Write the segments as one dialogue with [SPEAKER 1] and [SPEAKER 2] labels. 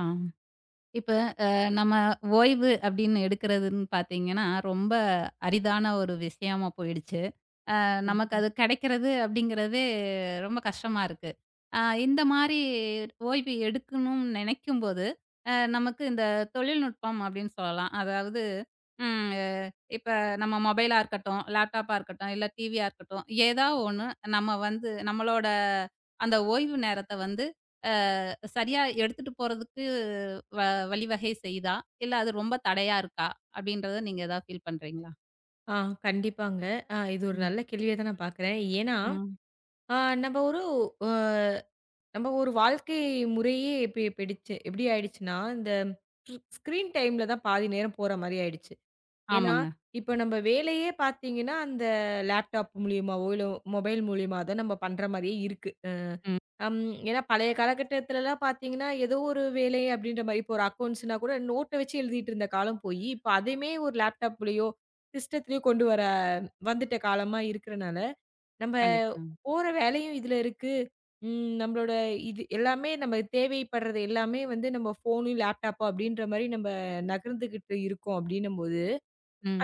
[SPEAKER 1] ஆ. இப்ப அ நம்ம ஓய்வு அப்படின்னு எடுக்கிறதுன்னு பார்த்தீங்கன்னா, ரொம்ப அரிதான ஒரு விஷயமா போயிடுச்சு. நமக்கு அது கிடைக்கிறது அப்படிங்கிறது ரொம்ப கஷ்டமா இருக்கு. அ இந்த மாரி ஓய்வு எடுக்கணும்னு நினைக்கும்போது, நமக்கு இந்த தொழில்நுட்பம் அப்படின்னு சொல்லலாம். அதாவது ம் இப்ப நம்ம மொபைலா இருக்கட்டும், லேப்டாப்பா இருக்கட்டும், இல்ல டிவியா இருக்கட்டும், ஏதா ஒண்ணு நம்ம வந்து நம்மளோட அந்த ஓய்வு நேரத்த வந்து அ சரியா எடுத்துட்டு போறதுக்கு வ வழிவகை செய்யுதா? இல்ல அது ரொம்ப தடையா இருக்கா? அப்படின்றத நீங்க ஏதாவது ஃபீல் பண்றீங்களா?
[SPEAKER 2] ஆ, கண்டிப்பாங்க. இது ஒரு
[SPEAKER 1] ம்.
[SPEAKER 2] நல்ல கேள்வியா தான் நான் பார்க்குறேன். ஏன்னா,
[SPEAKER 1] ம்.
[SPEAKER 2] அ நம்ம ஒரு அ நம்ம ஒரு வாழ்க்கை முறையே இப்ப எப்பிடி ஆயிடுச்சுன்னா, இந்த ஸ்க்ரீன் டைம்ல தான் பாதி நேரம் போற மாரி ஆயிடுச்சு. ஏன்னா,
[SPEAKER 1] ஆமாங்க.
[SPEAKER 2] இப்ப நம்ம வேலையே பார்த்தீங்கன்னா, அந்த லேப்டாப் மூலியமாவோ, இல்ல மொபைல் மூலியமா தான் நம்ம பண்ற மாரியே இருக்கு. அ
[SPEAKER 1] ம்.
[SPEAKER 2] அம் ஏன்னா பழைய காலகட்டத்துலலாம் பார்த்தீங்கன்னா, ஏதோ ஒரு வேலை அப்படின்ற மாரி இப்போ ஒரு அக்கவுண்ட்ஸ்னா கூட நோட்ட வச்சு எழுதிட்டு இருந்த காலம் போயி, இப்ப அதையுமே ஒரு லேப்டாப்லயோ, சிஸ்டத்துலயோ கொண்டு வர வந்துட்ட காலமா இருக்கறனால, நம்ம
[SPEAKER 1] கண்டிப்பா.
[SPEAKER 2] போற வேலையும் இதுல இருக்கு. ம் நம்மளோட இது எல்லாமே நம்ம தேவைப்படுறது எல்லாமே வந்து நம்ம ஃபோனு, லேப்டாப்போ அப்படின்ற மாரி நம்ம நகர்ந்துகிட்டு இருக்கோம் அப்படின்னும்போது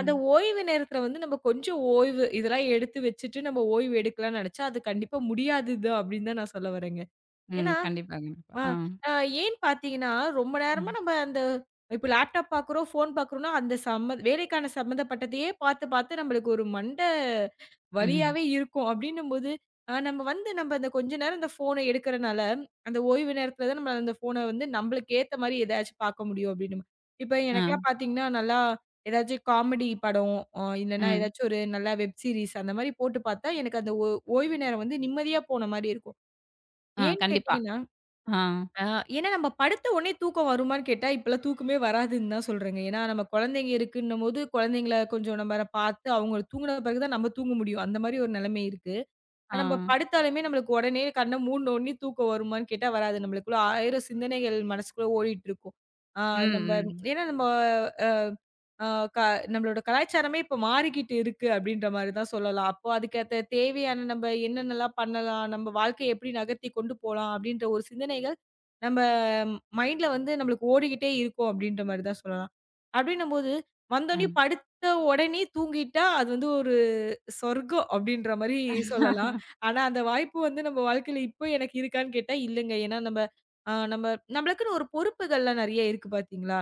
[SPEAKER 2] அந்த ஓய்வு நேரத்துல வந்து நம்ம கொஞ்சம் ஓய்வு இதெல்லாம் எடுத்து வச்சுட்டு நம்ம ஓய்வு எடுக்கலாம்னு நெனச்சா, அது கண்டிப்பா முடியாதுதான் அப்படின்னு தான் நான் சொல்ல வரேங்க.
[SPEAKER 1] ம்.
[SPEAKER 2] ஏன்னா,
[SPEAKER 1] கண்டிப்பா, கண்டிப்பா.
[SPEAKER 2] ஆ,
[SPEAKER 1] ஆ.
[SPEAKER 2] அ ஏன்னு பார்த்தீங்கன்னா, ரொம்ப நேரமா
[SPEAKER 1] ம்.
[SPEAKER 2] நம்ம அந்த இப்ப லேப்டாப் பார்க்குறோம், ஃபோன் பார்க்குறோம்னா, அந்த சம்ம வேலைக்கான சம்மந்தப்பட்டதையே பார்த்து, நம்மளுக்கு ஒரு மண்டை
[SPEAKER 1] ம்.
[SPEAKER 2] வலியாவே இருக்கும். அப்படின்னும்போது, நம்ம வந்து நம்ம அந்த கொஞ்ச நேரம் அந்த ஃபோன எடுக்கிறனால, அந்த ஓய்வு நேரத்தில தான் நம்ம அந்த ஃபோன வந்து நம்மளுக்கு ஏத்த மாரி ஏதாச்சும் பார்க்க முடியும் அப்படின்னு. இப்ப
[SPEAKER 1] ஆ.
[SPEAKER 2] எனக்கெல்லாம் பார்த்தீங்கன்னா, நல்லா ஏதாச்சும் காமெடி படம், இல்லன்னா
[SPEAKER 1] ம்.
[SPEAKER 2] ஏதாச்சும் ஒரு நல்லா வெப் சீரிஸ் அந்த மாரி போட்டு பார்த்தா, எனக்கு அந்த ஓய்வு நேரம் வந்து நிம்மதியா போன மாரி இருக்கும்.
[SPEAKER 1] ஆ.
[SPEAKER 2] ஏன்னு
[SPEAKER 1] கண்டிப்பா.
[SPEAKER 2] கேட்டீங்கன்னா
[SPEAKER 1] ஆ.
[SPEAKER 2] ஆ, ஏன்னா நம்ம படுத்த உடனே தூக்கம் வருமான்னு கேட்டா, இப்பலாம் தூக்கமே வராதுன்னு தான் சொல்றேங்க. ஏன்னா நம்ம குழந்தைங்க இருக்குன்னும்போது, குழந்தைங்கள கொஞ்சம் நம்ம பாத்து, அவங்க தூங்குன பிறகு தான் நம்ம தூங்க முடியும். அந்த மாரி ஒரு நிலைமை இருக்கு.
[SPEAKER 1] ஆ.
[SPEAKER 2] நம்ம படுத்தாலுமே நம்மளுக்கு உடனே கண்ண மூடுன உடனே தூக்கம் வருமான்னு கேட்டா வராது. நம்மளுக்குள்ள 1000 சிந்தனைகள் மனசுக்குள்ள ஓடிட்டு இருக்கும். ஆ
[SPEAKER 1] ம்.
[SPEAKER 2] நம்ம
[SPEAKER 1] ம்.
[SPEAKER 2] ஏன்னா நம்ம அ அ க நம்மளோட கலாச்சாரமே இப்ப மாறிக்கிட்டு இருக்கு அப்படின்ற மாரி தான் சொல்லலாம். அப்போ அதுக்கேத்த தேவையான நம்ம என்னென்னலாம் பண்ணலாம்? நம்ம வாழ்க்கைய எப்படி நகர்த்தி கொண்டு போலாம்? அப்படின்ற ஒரு சிந்தனைகள் நம்ம மைண்ட்ல வந்து நம்மளுக்கு ஓடிக்கிட்டே இருக்கும் அப்படின்ற மாரி தான் சொல்லலாம். அப்படின்னும்போது வந்தோனே
[SPEAKER 1] ம்.
[SPEAKER 2] படுத்த உடனே தூங்கிட்டா அது வந்து ஒரு சொர்க்கம் அப்படின்ற மாரி சொல்லலாம். ஆனா, அந்த வாய்ப்பு வந்து நம்ம வாழ்க்கையில இப்போ எனக்கு இருக்கான்னு கேட்டா இல்லங்க. ஏன்னா நம்ம அ நம்ம நம்மளுக்குன்னு ஒரு பொறுப்புகள்லாம் நெறைய இருக்கு பார்த்தீங்களா?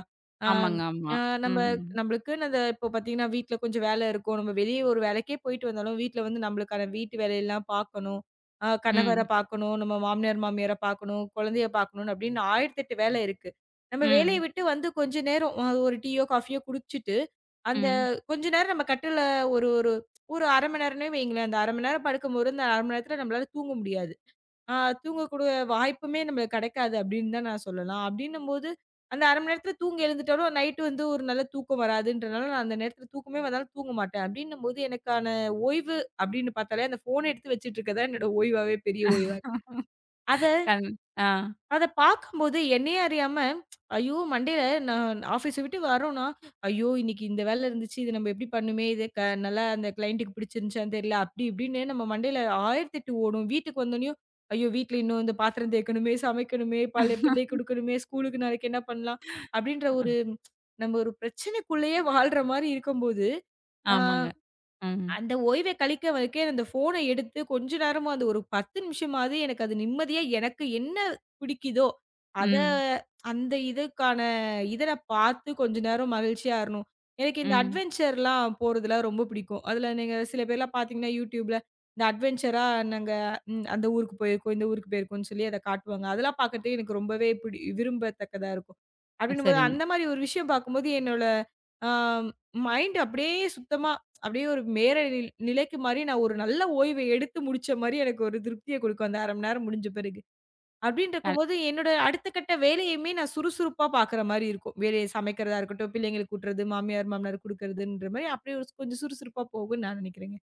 [SPEAKER 2] ஆம்.
[SPEAKER 1] ஆமாங்க. ஆமா.
[SPEAKER 2] அ நம்ம
[SPEAKER 1] ம்.
[SPEAKER 2] நம்மளுக்குன்னு அந்த இப்போ பார்த்தீங்கன்னா, வீட்ல கொஞ்சம் வேல இருக்கும். நம்ம வெளிய ஒரு வேலைக்கே போயிட்டு வந்தாலும், வீட்ல வந்து நம்மளுக்கான வீட்டு வேலையெல்லாம் பார்க்கணும். கணவர
[SPEAKER 1] ம்.
[SPEAKER 2] பார்க்கணும், நம்ம மாமனார், மாமியார பார்க்கணும், குழந்தைய பார்க்கணும் அப்படின்னு 1008 வேலை இருக்கு. நம்ம வேலைய
[SPEAKER 1] ம்.
[SPEAKER 2] விட்டு வந்து கொஞ்ச நேரம் ஒரு டீயோ, காஃபியோ குடிச்சுட்டு, அந்த
[SPEAKER 1] ம்.
[SPEAKER 2] கொஞ்ச நேரம் நம்ம கட்டில்ல ஒரு ஒரு ஒரு 1/2 மணி நேரம்னே வைங்களேன். அந்த 1/2 மணி நேரம் படுக்கும்போது, அந்த 1/2 மணி நேரத்தில நம்மளால தூங்க முடியாது. ஆ தூங்கக்கூடிய வாய்ப்புமே நம்மளுக்கு கிடைக்காது அப்படின்னு தான் நான் சொல்லலாம். அப்படின்னும்போது, அந்த 1/2 மணி நேரத்தில தூங்கி எழுந்துட்டாலும் நைட்டு வந்து ஒரு நல்ல தூக்கம் வராதுன்றனால, நான் அந்த நேரத்தில தூக்கமே வந்தாலும் தூங்க மாட்டேன். அப்படின்னும்போது எனக்கான ஓய்வு அப்படின்னு பார்த்தாலே, அந்த ஃபோன எடுத்து வச்சுட்டு இருக்கிறது தான் என்னோட ஓய்வாவே பெரிய ஓய்வா அத
[SPEAKER 1] கண் ஆ.
[SPEAKER 2] அத பார்க்கும்போது என்னையே அறியாம, ஐயோ! மண்டையில நான் ஆஃபீஸ விட்டு வரோம்னா, ஐயோ! இன்னைக்கு இந்த வேலை இருந்துச்சு. இது நம்ம எப்படி பண்ணுமே? இது க நல்லா அந்த கிளையண்ட்டுக்கு பிடிச்சிருந்துச்சான்னு தெரியல. அப்படி இப்படின்னு நம்ம மண்டையில 1008 ஓடும். வீட்டுக்கு வந்தோனயும், ஐயோ! வீட்ல இன்னும் இந்த பாத்திரம் தேய்க்கணுமே, சமைக்கணுமே, பல பிள்ளை குடுக்கணுமே, ஸ்கூலுக்கு நாளைக்கு என்ன பண்ணலாம்? அப்படின்ற ஒரு நம்ம ஒரு பிரச்சனைக்குள்ளேயே வாழ்ற மாரி இருக்கும்போது, ஆ
[SPEAKER 1] ஆமாங்க. ம்.
[SPEAKER 2] அந்த ஓய்வை கழிக்க வைக்க அந்த ஃபோன எடுத்து கொஞ்ச நேரமா அது ஒரு 10 நிமிஷமாவது எனக்கு அது நிம்மதியா எனக்கு என்ன பிடிக்குதோ, அத
[SPEAKER 1] ம்.
[SPEAKER 2] அந்த இதுக்கான இத நான் பார்த்து கொஞ்ச நேரம் மகிழ்ச்சியா இருணும். எனக்கு இந்த
[SPEAKER 1] ம்.
[SPEAKER 2] அட்வென்ச்சர்லாம் போறதுலாம் ரொம்ப பிடிக்கும். அதுல நீங்க சில பேர்லாம் பார்த்தீங்கன்னா, YouTubeல இந்த அட்வென்ச்சரா நாங்க அந்த ஊருக்கு போயிருக்கோம், இந்த ஊருக்கு போயிருக்கோம்ன்னு சொல்லி அத காட்டுவாங்க. அதெல்லாம் பார்க்கறதுக்கு எனக்கு ரொம்பவே விரும்பத்தக்கதா இருக்கும். அப்படின்னும்போது
[SPEAKER 1] சரிங்க.
[SPEAKER 2] அந்த மாரி ஒரு விஷயம் பார்க்கும்போது என்னோட ஆ மைண்ட் அப்படியே சுத்தமா அப்படியே ஒரு மேல நிலைக்கு மாரி நான் ஒரு நல்ல ஓய்வை எடுத்து முடிச்ச மாரி எனக்கு ஒரு திருப்திய குடுக்கும் அந்த 1/2 மணி நேரம் முடிஞ்ச பிறகு. அப்படின்னு இருக்கும்போது என்னோட அடுத்த கட்ட வேலையுமே நான் சுறுசுறுப்பா பாக்குற மாரி இருக்கும். வேலைய சமைக்கிறதா இருக்கட்டும், பிள்ளைங்களுக்கு ஊட்டுறது, மாமியார், மாமனாருக்கு குடுக்குறதுன்ற மாரி அப்படியே ஒரு கொஞ்சம் சுறுசுறுப்பா போகும்ன்னு நான் நினைக்கிறேங்க.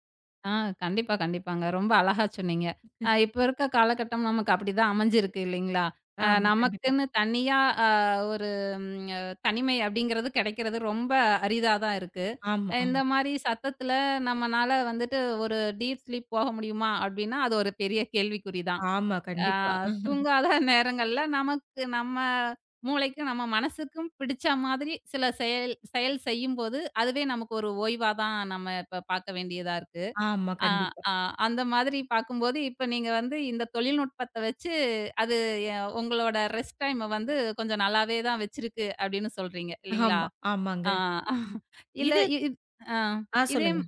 [SPEAKER 1] ஆ, கண்டிப்பா, கண்டிப்பாங்க. ரொம்ப அழகா சொன்னீங்க. இப்ப இருக்க காலகட்டம் நமக்கு அப்படிதான் அமைஞ்சிருக்கு இல்லைங்களா?
[SPEAKER 2] ஆமா. கண்டிப்பா.
[SPEAKER 1] நமக்குன்னு தனியா அ ஒரு ம் அ தனிமை அப்படிங்கிறது கிடைக்கிறது ரொம்ப அரிதா தான் இருக்கு.
[SPEAKER 2] ஆமா,
[SPEAKER 1] இந்த
[SPEAKER 2] ஆமா.
[SPEAKER 1] மாரி சத்தத்துல நம்மனால வந்துட்டு ஒரு டீப் ஸ்லீப் போக முடியுமா? அப்படின்னா, அது ஒரு பெரிய கேள்விக்குறி தான்.
[SPEAKER 2] ஆமா.
[SPEAKER 1] அ
[SPEAKER 2] கண்டிப்பா.
[SPEAKER 1] தூங்காத நேரங்கள்ல நமக்கு நம்ம மூளைக்கு, நம்ம மனசுக்கும் பிடிச்ச மாதிரி சில செயல் செயல் செய்யும்போது, அதுவே நமக்கு ஒரு ஓய்வா தான் நம்ம இப்ப பார்க்க வேண்டியதா இருக்கு.
[SPEAKER 2] ஆமா.
[SPEAKER 1] ஆ,
[SPEAKER 2] கண்டிப்பா.
[SPEAKER 1] ஆ. அந்த மாதிரி பார்க்கும்போது, இப்ப நீங்க வந்து இந்த தொழில்நுட்பத்த வச்சு, அது எ உங்களோட ரெஸ்ட் டைம வந்து கொஞ்சம் நல்லாவே தான் வச்சிருக்கு, அப்படின்னு சொல்றீங்க. இல்லீங்களா?
[SPEAKER 2] ஆமா.
[SPEAKER 1] ஆ
[SPEAKER 2] ஆமாங்க.
[SPEAKER 1] இல்ல
[SPEAKER 2] இது
[SPEAKER 1] இ இத் ஆ இதே
[SPEAKER 2] சொல்லுங்க.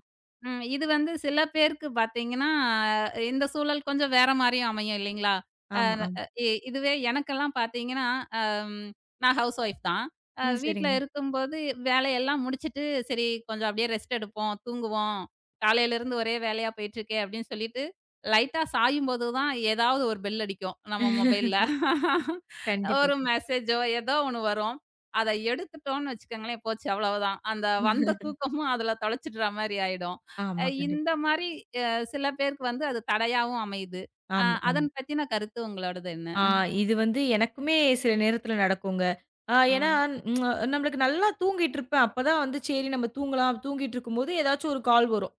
[SPEAKER 1] ம் இது வந்து சில பேருக்கு பார்த்தீங்கன்னா, இந்த சூழல் கொஞ்சம் வேற மாரியும் அமையும் இல்லைங்களா? அ
[SPEAKER 2] ஆமா, ஆமா.
[SPEAKER 1] இ இதுவே எனக்கெல்லாம் பார்த்தீங்கன்னா, அம் நான் ஹவுஸ் ஒய்ஃப் தான்.
[SPEAKER 2] ம்.
[SPEAKER 1] வீட்ல
[SPEAKER 2] சரிங்க.
[SPEAKER 1] இருக்கும்போது வேலையெல்லாம் முடிச்சுட்டு, சரி கொஞ்சம் அப்படியே ரெஸ்ட் எடுப்போம், தூங்குவோம். காலையிலருந்து ஒரே வேலையா போயிட்டுருக்கே அப்படின்னு சொல்லிட்டு, லைட்டா சாயும்போது தான் ஏதாவது ஒரு பெல் அடிக்கும் நம்ம மொபைல்ல.
[SPEAKER 2] கண்டிப்பா.
[SPEAKER 1] ஒரு மெசேஜோ ஏதோ ஒண்ணு வரும். அத எடுத்துட்டோம்னு வச்சுக்கோங்களேன், போச்சு அவ்வளவுதான். அந்த வந்த தூக்கமும் அதுல தொலைச்சிடுற மாரி ஆயிடும்.
[SPEAKER 2] ஆமா. கண்டிப்பா.
[SPEAKER 1] இந்த மாரி அ சில பேருக்கு வந்து அது தடையாவும் அமையுது. அ
[SPEAKER 2] ஆமா, ஆமா.
[SPEAKER 1] அதன் பத்தின கருத்து உங்களோடது என்ன?
[SPEAKER 2] ஆ இது வந்து எனக்குமே சில நேரத்துல நடக்குங்க. ஆ ஏன்னா
[SPEAKER 1] ம்.
[SPEAKER 2] ம், நம்மளுக்கு நல்லா தூங்கிட்டு இருப்பேன். அப்பதான் வந்து சரி நம்ம தூங்கலாம். தூங்கிட்டு இருக்கும்போது ஏதாச்சும் ஒரு கால் வரும்.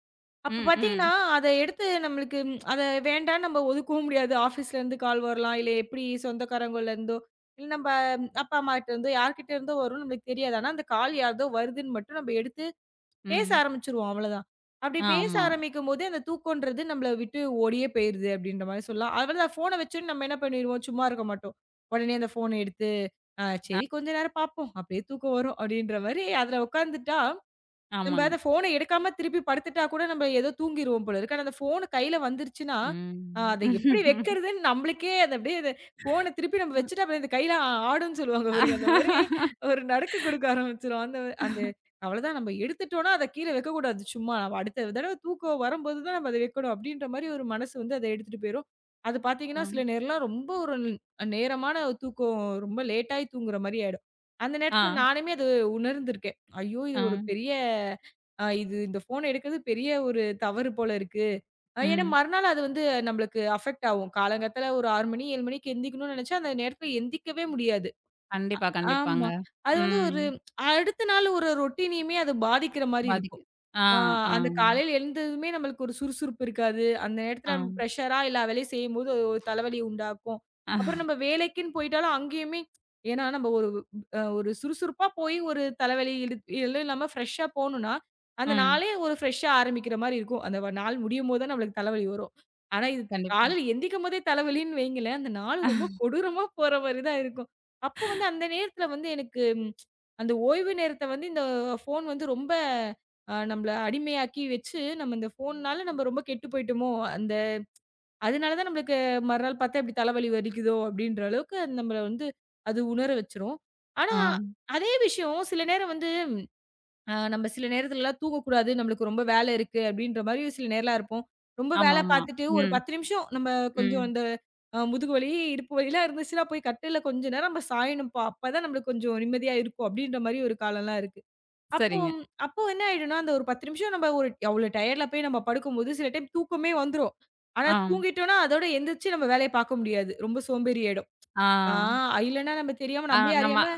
[SPEAKER 2] அப்ப
[SPEAKER 1] ம்,
[SPEAKER 2] பார்த்தீங்கன்னா,
[SPEAKER 1] ம்,
[SPEAKER 2] அத எடுத்து நம்மளுக்கு அத வேண்டான்னு நம்ம ஒதுக்கவும் முடியாது. ஆஃபீஸ்லேருந்து கால் வரலாம். இல்ல எப்படி சொந்தக்காரங்கள்லேருந்தோ, இல்ல நம்ம அப்பா, அம்மாகிட்ட இருந்தோ யார்கிட்ட இருந்தோ வரும்னு நம்மளுக்கு தெரியாது. ஆனா அந்த கால் யார்தோ வருதுன்னு மட்டும் நம்ம எடுத்து பேச
[SPEAKER 1] ம்.
[SPEAKER 2] ஆரம்பிச்சுருவோம் அவ்வளதான். அப்படி பேச
[SPEAKER 1] ஆமா.
[SPEAKER 2] ஆரம்பிக்கும்போது அந்த தூக்கம்ன்றது நம்மள விட்டு ஓடியே போயிருது அப்படின்ற மாரி சொல்லலாம். அவ்வளதான் ஃபோன வச்சோனே நம்ம என்ன பண்ணிருவோம், சும்மா இருக்க மாட்டோம். உடனே அந்த ஃபோன எடுத்து, "ஆ
[SPEAKER 1] அ
[SPEAKER 2] சரி கொஞ்ச நேரம் பார்ப்போம். அப்படியே தூக்கம் வரும்" அப்படின்ற மாரி அதுல உட்காந்துட்டா நம்ப
[SPEAKER 1] ஆமாங்க.
[SPEAKER 2] அத ஃபோன எடுக்காம திருப்பி படுத்துட்டா கூட நம்ம ஏதோ தூங்கிருவோம் போல இருக்கு. ஆனா அந்த ஃபோனு கையில வந்துருச்சுன்னா,
[SPEAKER 1] ம்.
[SPEAKER 2] அத எப்படி
[SPEAKER 1] ம்.
[SPEAKER 2] வைக்கிறதுன்னு நம்மளுக்கே அது அப்படியே அது ஃபோன திருப்பி நம்ம வச்சுட்டா அப்புறம் இந்த கையில ஆடுன்னு சொல்லுவாங்க பாருங்க. அந்த மாரி ஒரு நடுக்க கொடுக்க ஆரம்பிச்சுரும். அந்த அந்த அவ்வளதான் நம்ம எடுத்துட்டோம்னா, அத கீழ வைக்கக்கூடாது சும்மா. நம்ம அடுத்த தடவ தூக்கம் வரும்போது தான் நம்ம அத வைக்கணும் அப்படின்ற மாரி ஒரு மனசு வந்து அத எடுத்துட்டு போயிரும். அது பார்த்தீங்கன்னா, சில
[SPEAKER 1] ம்.
[SPEAKER 2] நேரம்லாம் ரொம்ப ஒரு நேரமான தூக்கம் ரொம்ப லேட்டாயி தூங்குற மாரி ஆயிடும். அந்த
[SPEAKER 1] ஆ.
[SPEAKER 2] நேரத்துல நானுமே அது உணர்ந்திருக்கேன். ஐயோ! இது ஒரு
[SPEAKER 1] ம்.
[SPEAKER 2] பெரிய அ இது இந்த ஃபோன் எடுக்குறது பெரிய ஒரு தவறு போல இருக்கு. ஏன்னா
[SPEAKER 1] ம்.
[SPEAKER 2] மறுநாள் அது வந்து நம்மளுக்கு அஃபெக்ட் ஆகும். காலங்காத்தால ஒரு 6 மணி, 7 மணிக்கு எந்திரிக்கணும்னு நெனச்சா, அந்த நேரத்துல எந்திரிக்கவே முடியாது.
[SPEAKER 1] கண்டிப்பா, கண்டிப்பாங்க.
[SPEAKER 2] ஆமா. அது வந்து
[SPEAKER 1] ம்.
[SPEAKER 2] ஒரு அடுத்த நாள் ஒரு ரொட்டீனையுமே அது பாதிக்கிற மாரி
[SPEAKER 1] பாதிக்கு.
[SPEAKER 2] இருக்கும்.
[SPEAKER 1] ஆ,
[SPEAKER 2] ஆ
[SPEAKER 1] ஆ,
[SPEAKER 2] அந்த காலையில எழுந்ததுமே நம்மளுக்கு ஒரு சுறுசுறுப்பு இருக்காது. அந்த
[SPEAKER 1] ஆ.
[SPEAKER 2] நேரத்துல நம்ம பிரஷரா எல்லா வேலையும் செய்யும்போது அது ஒரு தலைவலி உண்டாக்கும். அப்புறம் நம்ம வேலைக்குன்னு போயிட்டாலும் அங்கேயுமே ஏன்னா நம்ம ஒரு ஒரு சுறுசுறுப்பா போய் ஒரு தலைவலி எதுவும் இல்லாம ஃப்ரெஷ்ஷா போணும்னா, அந்த
[SPEAKER 1] ம்.
[SPEAKER 2] நாளே ஒரு ஃப்ரெஷ்ஷா ஆரம்பிக்கிற மாரி இருக்கும். அந்த நாள் முடியும்போது தான் நம்மளுக்கு தலைவலி வரும். ஆனா இது
[SPEAKER 1] கண்டிப்பா.
[SPEAKER 2] காலையில எந்திரிக்கும்போதே தலைவலின்னு வைங்களேன், அந்த நாள் ரொம்ப கொடூரமா போற மாரி தான் இருக்கும். அப்போ வந்து அந்த நேரத்துல வந்து எனக்கு அந்த ஓய்வு நேரத்த வந்து இந்த ஃபோன் வந்து ரொம்ப நம்மள அடிமையாக்கி வச்சு, நம்ம இந்த ஃபோன்னால நம்ம ரொம்ப கெட்டு போயிட்டோமோ! அந்த அதனால தான் நம்மளுக்கு மறுநாள் பார்த்தா இப்டி தலைவலி வலிக்குதோ! அப்டின்ற அளவுக்கு அது நம்மள வந்து அது உணர வச்சுரும். ஆனா,
[SPEAKER 1] ஆ.
[SPEAKER 2] அதே விஷயம் சில நேரம் வந்து நம்ம சில நேரத்துலலாம் தூங்கக்கூடாது. நம்மளுக்கு ரொம்ப வேல இருக்கு அப்டின்ற மாரி சில நேரம்லாம் இருப்போம். ரொம்ப வேல
[SPEAKER 1] ஆமாமா.
[SPEAKER 2] பார்த்துட்டு ஒரு
[SPEAKER 1] ம்.
[SPEAKER 2] 10 நிமிஷம் நம்ம கொஞ்சம்
[SPEAKER 1] ம்.
[SPEAKER 2] அந்த முதுகு வலி, இடுப்பு வலிலாம் இருந்துச்சுன்னா போய் கட்டில்ல கொஞ்ச நேரம் நம்ம சாயணும்ப்பா! அப்பதான் நம்மளுக்கு கொஞ்சம் நிம்மதியா இருக்கும் அப்டின்ற மாரி ஒரு காலம்லாம் இருக்கு. அப்போ
[SPEAKER 1] சரிங்க.
[SPEAKER 2] அப்போ என்ன ஆயிடும்னா, அந்த ஒரு 10 நிமிஷம் நம்ம ஒரு அவ்ளோ டயர்ட்ல போய் நம்ம படுக்கும்போது, சில டைம் தூக்கமே வந்துரும். ஆனா
[SPEAKER 1] ஆம்.
[SPEAKER 2] தூங்கிட்டோம்னா, அதோட எந்திரிச்சு நம்ம வேலைய பார்க்க முடியாது. ரொம்ப சோம்பேறி ஆயிடும்.
[SPEAKER 1] ஆ.
[SPEAKER 2] ஆ இல்லன்னா நம்ம தெரியாம
[SPEAKER 1] ஆ
[SPEAKER 2] நம்மளயே
[SPEAKER 1] நம்ம
[SPEAKER 2] அறியாம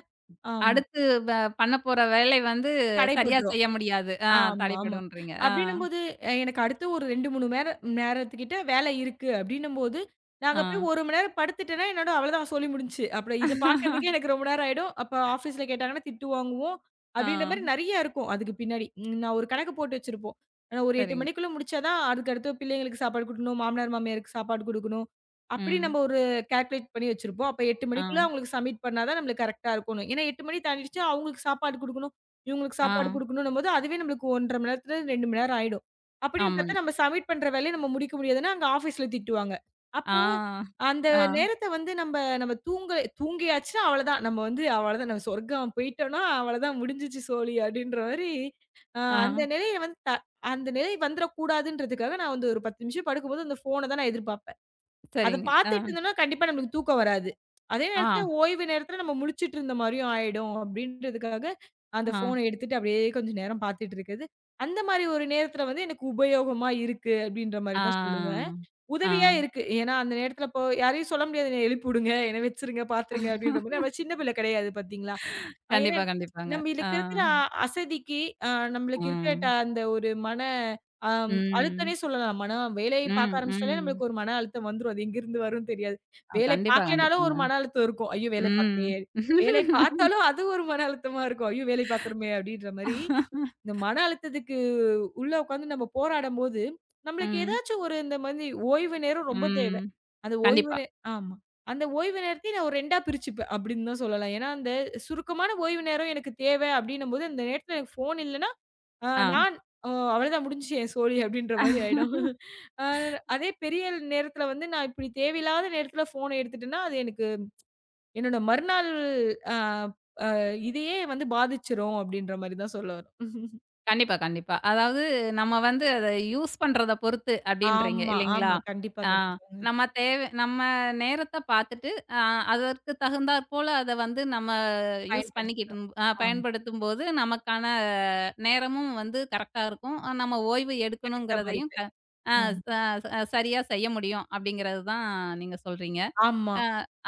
[SPEAKER 2] ஆமா.
[SPEAKER 1] அடுத்து வ பண்ணப்போற வேலை வந்து சரியா
[SPEAKER 2] தடைப்பட்டுரும்.
[SPEAKER 1] செய்ய முடியாது. ஆ
[SPEAKER 2] ஆமா, ஆமா.
[SPEAKER 1] தடைபடும்ன்றீங்க. ஆ.
[SPEAKER 2] அப்டின்னும்போது எனக்கு அடுத்து ஒரு 2, 3 நேரத்துக்கிட்ட வேலை இருக்கு அப்டின்னும்போது, நான்
[SPEAKER 1] ஆ.
[SPEAKER 2] அங்க போய் 1 மணி நேரம் படுத்துட்டேன்னா, என்னோட அவ்வளோதான் சொல்லி முடிஞ்சுச்சு. அப்புறம் இத பார்க்கறதுக்கே எனக்கு ரொம்ப நேரம் ஆயிடும். அப்ப ஆஃபீஸ்ல கேட்டாங்கன்னா திட்டு வாங்குவோம்.
[SPEAKER 1] ஆ.
[SPEAKER 2] அப்டின்ற மாரி நெறைய இருக்கும் அதுக்கு பின்னாடி. ம் நான் ஒரு கணக்கு போட்டு வச்சிருப்போம். ஆனா ஒரு 8
[SPEAKER 1] சரிங்க.
[SPEAKER 2] மணிக்குள்ள முடிச்சா தான் அதுக்கடுத்து பிள்ளைங்களுக்கு சாப்பாடு குடுக்கணும், மாமனார், மாமியாருக்கு சாப்பாடு குடுக்கணும். அப்டி
[SPEAKER 1] ம்.
[SPEAKER 2] நம்ம ஒரு கால்குலேட் பண்ணி வச்சிருப்போம். அப்ப 8
[SPEAKER 1] ஆ.
[SPEAKER 2] மணிக்குள்ள அவங்களுக்கு சப்மிட் பண்ணா தான் நம்மளுக்கு கரெக்ட்டா இருக்கணும். ஏன்னா 8 மணி தாண்டிடுச்சுனா அவங்களுக்கு சாப்பாடு குடுக்கணும். இவங்களுக்கு
[SPEAKER 1] ஆ.
[SPEAKER 2] சாப்பாடு குடுக்கணும்ன்னும்போது, அதுவே நம்மளுக்கு 1 1/2 மணி நேரத்துல 2 மணி நேரம் ஆயிடும். அப்படின்னு
[SPEAKER 1] ஆமாங்க.
[SPEAKER 2] பார்த்தா நம்ம சப்மிட் பண்ற வேலைய நம்ம முடிக்க முடியாதுன்னா, அங்க ஆஃபீஸ்ல திட்டுவாங்க.
[SPEAKER 1] ஆ.
[SPEAKER 2] அப்போ அந்த
[SPEAKER 1] ஆ.
[SPEAKER 2] நேரத்த வந்து நம்ம நம்ம தூங்க தூங்கியாச்சுன்னா அவ்வளதான். நம்ம வந்து அவ்வளதான் நம்ம சொர்க்கம் போயிட்டோம்னா, அவ்வளதான் முடிஞ்சுச்சு சோலி அப்படின்ற மாரி, அ
[SPEAKER 1] ஆ.
[SPEAKER 2] அந்த நிலைய வந்து த அந்த நிலை வந்துரக்கூடாதுன்றதுக்காக நான் வந்து ஒரு 10 நிமிஷம் படுக்கும்போது அந்த ஃபோன தான் நான் எதிர்பார்ப்பேன். அத
[SPEAKER 1] சரிங்க. ஆ.
[SPEAKER 2] பார்த்துட்டு இருந்தோம்னா, கண்டிப்பா நம்மளுக்கு தூக்கம் வராது. அதே
[SPEAKER 1] ஆ.
[SPEAKER 2] நேரத்துல ஓய்வு நேரத்துல நம்ம முழிச்சுட்டு இருந்த மாரியும் ஆயிடும் அப்படின்றதுக்காக, அந்த
[SPEAKER 1] ஆ.
[SPEAKER 2] ஃபோன எடுத்துட்டு அப்படியே கொஞ்ச நேரம் பார்த்துட்டு இருக்கிறது. அந்த மாரி ஒரு நேரத்துல வந்து எனக்கு உபயோகமா இருக்கு அப்படின்ற மாரி
[SPEAKER 1] ஆ.
[SPEAKER 2] தான் சொல்லுவேன்.
[SPEAKER 1] ஆ.
[SPEAKER 2] உதவியா இருக்கு. ஏன்னா, அந்த நேரத்துல இப்போ யாரையும் சொல்ல முடியாது, "என்ன எழுப்பி விடுங்க, என்ன வச்சுருங்க, பார்த்துருங்க" அப்படின்ற மாரி. நம்ம சின்ன பிள்ளை கிடையாது பார்த்தீங்களா? ஏன்னா,
[SPEAKER 1] கண்டிப்பா, கண்டிப்பாங்க. ஆ.
[SPEAKER 2] நம்மளுக்கு இருக்கிற அசதிக்கு, அ நம்மளுக்கு இருக்கிற
[SPEAKER 1] ம்.
[SPEAKER 2] அந்த ஒரு மன அழுத்தம்னே
[SPEAKER 1] ம்.
[SPEAKER 2] சொல்லலாம். வேலை
[SPEAKER 1] ம்.
[SPEAKER 2] பார்க்க ஆரம்பிச்சுட்டாலே
[SPEAKER 1] ம்.
[SPEAKER 2] நம்மளுக்கு ஒரு மன அழுத்தம் வந்துரும். அது எங்கேருந்து வரும்னு தெரியாது. வேலை
[SPEAKER 1] கண்டிப்பா,
[SPEAKER 2] பார்க்கலனாலும் ஒரு
[SPEAKER 1] கண்டிப்பாங்க.
[SPEAKER 2] மன அழுத்தம் இருக்கும். ஐயோ! வேலை
[SPEAKER 1] ம்.
[SPEAKER 2] பார்க்கலையே! வேலை பார்த்தாலும் அது ஒரு மன அழுத்தமா இருக்கும். ஐயோ! வேலை பார்க்குறோமே அப்படின்ற மாரி, இந்த மன அழுத்தத்துக்கு உள்ள உட்காந்து நம்ம போராடும்போது, நம்மளுக்கு
[SPEAKER 1] ம்.
[SPEAKER 2] ஏதாச்சும் ஒரு இந்த மாதிரி ஓய்வு நேரம் ரொம்ப தேவை.
[SPEAKER 1] ம்.
[SPEAKER 2] அந்த ஓய்வு
[SPEAKER 1] கண்டிப்பா.
[SPEAKER 2] நே ஆமா. அந்த ஓய்வு நேரத்தையும் நான் ஒரு 2ஆ பிரிச்சுப்பேன் அப்படின்னு தான் சொல்லலாம். ஏன்னா, அந்த சுருக்கமான ஓய்வு நேரம் எனக்கு தேவை அப்படின்னும்போது, அந்த நேரத்துல எனக்கு ஃபோன் இல்லன்னா, அ
[SPEAKER 1] ஆ.
[SPEAKER 2] நான் அ அவ்வளதான் முடிஞ்சுச்சு என் சோலி அப்படின்ற மாரி ஆயிடும். அ அதே பெரிய நேரத்துல வந்து நான் இப்படி தேவையில்லாத நேரத்துல ஃபோன எடுத்துட்டேன்னா, அது எனக்கு என்னோட மறுநாள் அ இதையே வந்து பாதிச்சிரும் அப்படின்ற மாரி தான் சொல்ல வரும்.
[SPEAKER 1] கண்டிப்பா, கண்டிப்பா. அதாவது நம்ம வந்து அத யூஸ் பண்றத பொறுத்து அப்டின்றீங்க
[SPEAKER 2] ஆமா,
[SPEAKER 1] இல்லைங்களா?
[SPEAKER 2] ஆமா. கண்டிப்பா,
[SPEAKER 1] ஆ
[SPEAKER 2] கண்டிப்பாங்க.
[SPEAKER 1] நம்ம நேரத்த பார்த்துட்டு, அ அதற்கு தகுந்தாற் போல அத வந்து நம்ம யூஸ்
[SPEAKER 2] பயன்படுத்திக்கலாம்.
[SPEAKER 1] பண்ணிக்கிட்டும்
[SPEAKER 2] ஆமா.
[SPEAKER 1] பயன்படுத்தும்போது நமக்கான நேரமும் வந்து கரெக்ட்டா இருக்கும். நம்ம ஓய்வு
[SPEAKER 2] எடுத்த மாரி.
[SPEAKER 1] எடுக்கணுங்கிறதையும் ஆ
[SPEAKER 2] ஆமா.
[SPEAKER 1] ச ச சரியா செய்ய முடியும் அப்டிங்கிறது தான் நீங்க சொல்றீங்க.
[SPEAKER 2] ஆமா.
[SPEAKER 1] அ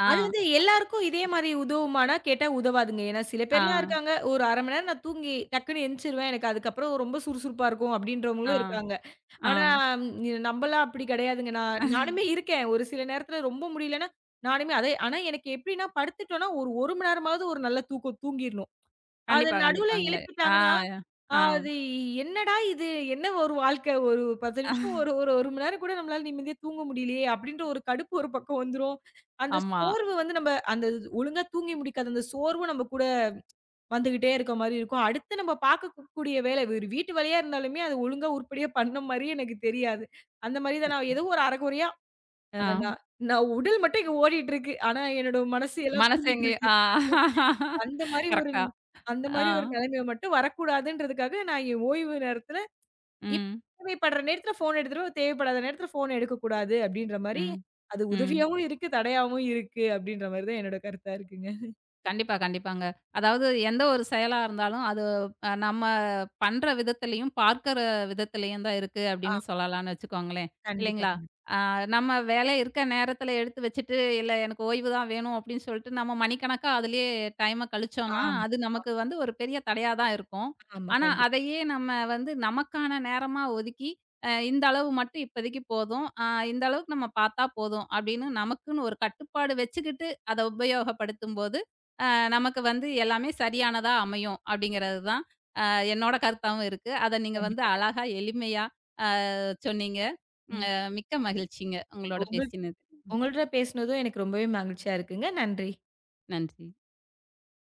[SPEAKER 1] ஆ,
[SPEAKER 2] அது வந்து எல்லாருக்கும் இதே மாரி உதவுமான்னா கேட்டா உதவாதுங்க. ஏன்னா சில
[SPEAKER 1] ஆ,
[SPEAKER 2] பேர்லாம் இருக்காங்க, "ஒரு 1/2 மணி நேரம் நான் தூங்கி டக்குன்னு எந்திச்சிருவேன். எனக்கு அதுக்கப்புறம் ரொம்ப சுறுசுறுப்பா இருக்கும்."
[SPEAKER 1] ஆ,
[SPEAKER 2] அப்படின்றவங்களும் இருக்காங்க.
[SPEAKER 1] ஆ.
[SPEAKER 2] ஆனா ம், இ நம்பலாம் அப்படி கிடையாதுங்க. நானுமே இருக்கேன். ஒரு சில நேரத்துல ரொம்ப முடியலன்னா, நானுமே அதே ஆனா எனக்கு எப்படின்னா படுத்துட்டோம்னா ஒரு 1 மணி நேரமாவது ஒரு நல்ல தூக்கம் தூங்கிரணும். அத
[SPEAKER 1] கண்டிப்பா,
[SPEAKER 2] நடுவுல
[SPEAKER 1] கண்டிப்பாங்க. ஆ,
[SPEAKER 2] எழுப்பிட்டாங்கன்னா, ஆ
[SPEAKER 1] ஆ.
[SPEAKER 2] அது என்னடா இது? என்ன ஒரு வாழ்க்கை? ஒரு 10 நிமிஷம் ஒரு ஒரு 1 மணி நேரம் கூட நம்மளால நிம்மதியா தூங்க முடியலையே! அப்டின்ற ஒரு கடுப்பு ஒரு பக்கம் வந்துரும். அந்த
[SPEAKER 1] ஆமா.
[SPEAKER 2] சோர்வு வந்து நம்ம அந்த ஒழுங்கா தூங்கி முடிக்காத அந்த சோர்வும் நம்ம கூட வந்துகிட்டே இருக்க மாரி இருக்கும். அடுத்து நம்ம பார்க்கக்கூடிய வேலை ஒரு வீட்டு வேலையா இருந்தாலுமே, அது ஒழுங்கா உருப்படியா பண்ண மாரியே எனக்கு தெரியாது. அந்த மாரி தான் நான் ஏதோ ஒரு அரகுறையா, அ
[SPEAKER 1] ஆ.
[SPEAKER 2] நான் நான் உடல் மட்டும் இங்க ஓடிட்டு இருக்கு. ஆனா என்னோட மனசு எல்லாம்
[SPEAKER 1] மனசு
[SPEAKER 2] தூங்கிட்டு
[SPEAKER 1] எங்கேயோ
[SPEAKER 2] இருக்கு.
[SPEAKER 1] ஆ.
[SPEAKER 2] அந்த மாரி ஒரு
[SPEAKER 1] கரெக்ட்டா.
[SPEAKER 2] அந்த
[SPEAKER 1] ஆ.
[SPEAKER 2] மாரி ஒரு நிலைமை மட்டும் வரக்கூடாதுன்றதுக்காக, நான் என் ஓய்வு நேரத்துல, இப்ப
[SPEAKER 1] ம்.
[SPEAKER 2] தேவைப்படுற நேரத்துல ஃபோன் எடுத்துருவேன். தேவைப்படாத நேரத்துல ஃபோன் எடுக்கக்கூடாது அப்டின்ற மாரி,
[SPEAKER 1] ம்.
[SPEAKER 2] அது
[SPEAKER 1] ம்.
[SPEAKER 2] உதவியாவும் இருக்கு, தடையாவும் இருக்கு அப்டின்ற மாரி தான் என்னோட கருத்தா இருக்குங்க.
[SPEAKER 1] கண்டிப்பா, கண்டிப்பாங்க. அதாவது எந்த ஒரு செயலா இருந்தாலும், அது நம்ம பண்ற விதத்திலயும், பார்க்கிற விதத்திலயும் தான் இருக்கு
[SPEAKER 2] ஆ,
[SPEAKER 1] அப்படின்னு சொல்லலாம்னு வச்சுக்கோங்களேன்.
[SPEAKER 2] கண்டிப்பா,
[SPEAKER 1] இல்லைங்களா?
[SPEAKER 2] கண்டிப்பா.
[SPEAKER 1] அ நம்ம வேலை இருக்க நேரத்தில எடுத்து வச்சுட்டு, "இல்ல எனக்கு ஓய்வு தான் வேணும்" அப்படின்னு சொல்லிட்டு, நம்ம மணிக்கணக்கா அதிலயே டைம கழிச்சோம்னா,
[SPEAKER 2] ஆமா,
[SPEAKER 1] அது நமக்கு வந்து ஒரு பெரிய தடையா தான் இருக்கும்.
[SPEAKER 2] ஆமா.
[SPEAKER 1] ஆனா,
[SPEAKER 2] கண்டிப்பா.
[SPEAKER 1] அதையே நம்ம வந்து நமக்கான நேரமா ஒதுக்கி, இந்த அளவு மட்டும் இப்போதைக்கு போதும். இந்த அளவுக்கு நம்ம பார்த்தா போதும் அப்படின்னு நமக்குன்னு ஒரு கட்டுப்பாடு வச்சுக்கிட்டு, அத உபயோகப்படுத்தும்போது அ நமக்கு வந்து எல்லாமே சரியானதா அமையும் அப்படிங்கிறது தான் என்னோட கருத்தாவும் இருக்கு. அத நீங்க வந்து
[SPEAKER 2] கண்டிப்பா, கண்டிப்பா.
[SPEAKER 1] அழகா எளிமையா அ சொன்னீங்க.
[SPEAKER 2] ம்.
[SPEAKER 1] அ மிக்க மகிழ்ச்சிங்க உங்களோட
[SPEAKER 2] உங்கள்
[SPEAKER 1] பேசினது.
[SPEAKER 2] உங்கள்ட்ட பேசுனதும் எனக்கு ரொம்பவே மகிழ்ச்சியா இருக்குங்க. நன்றி.
[SPEAKER 1] நன்றி.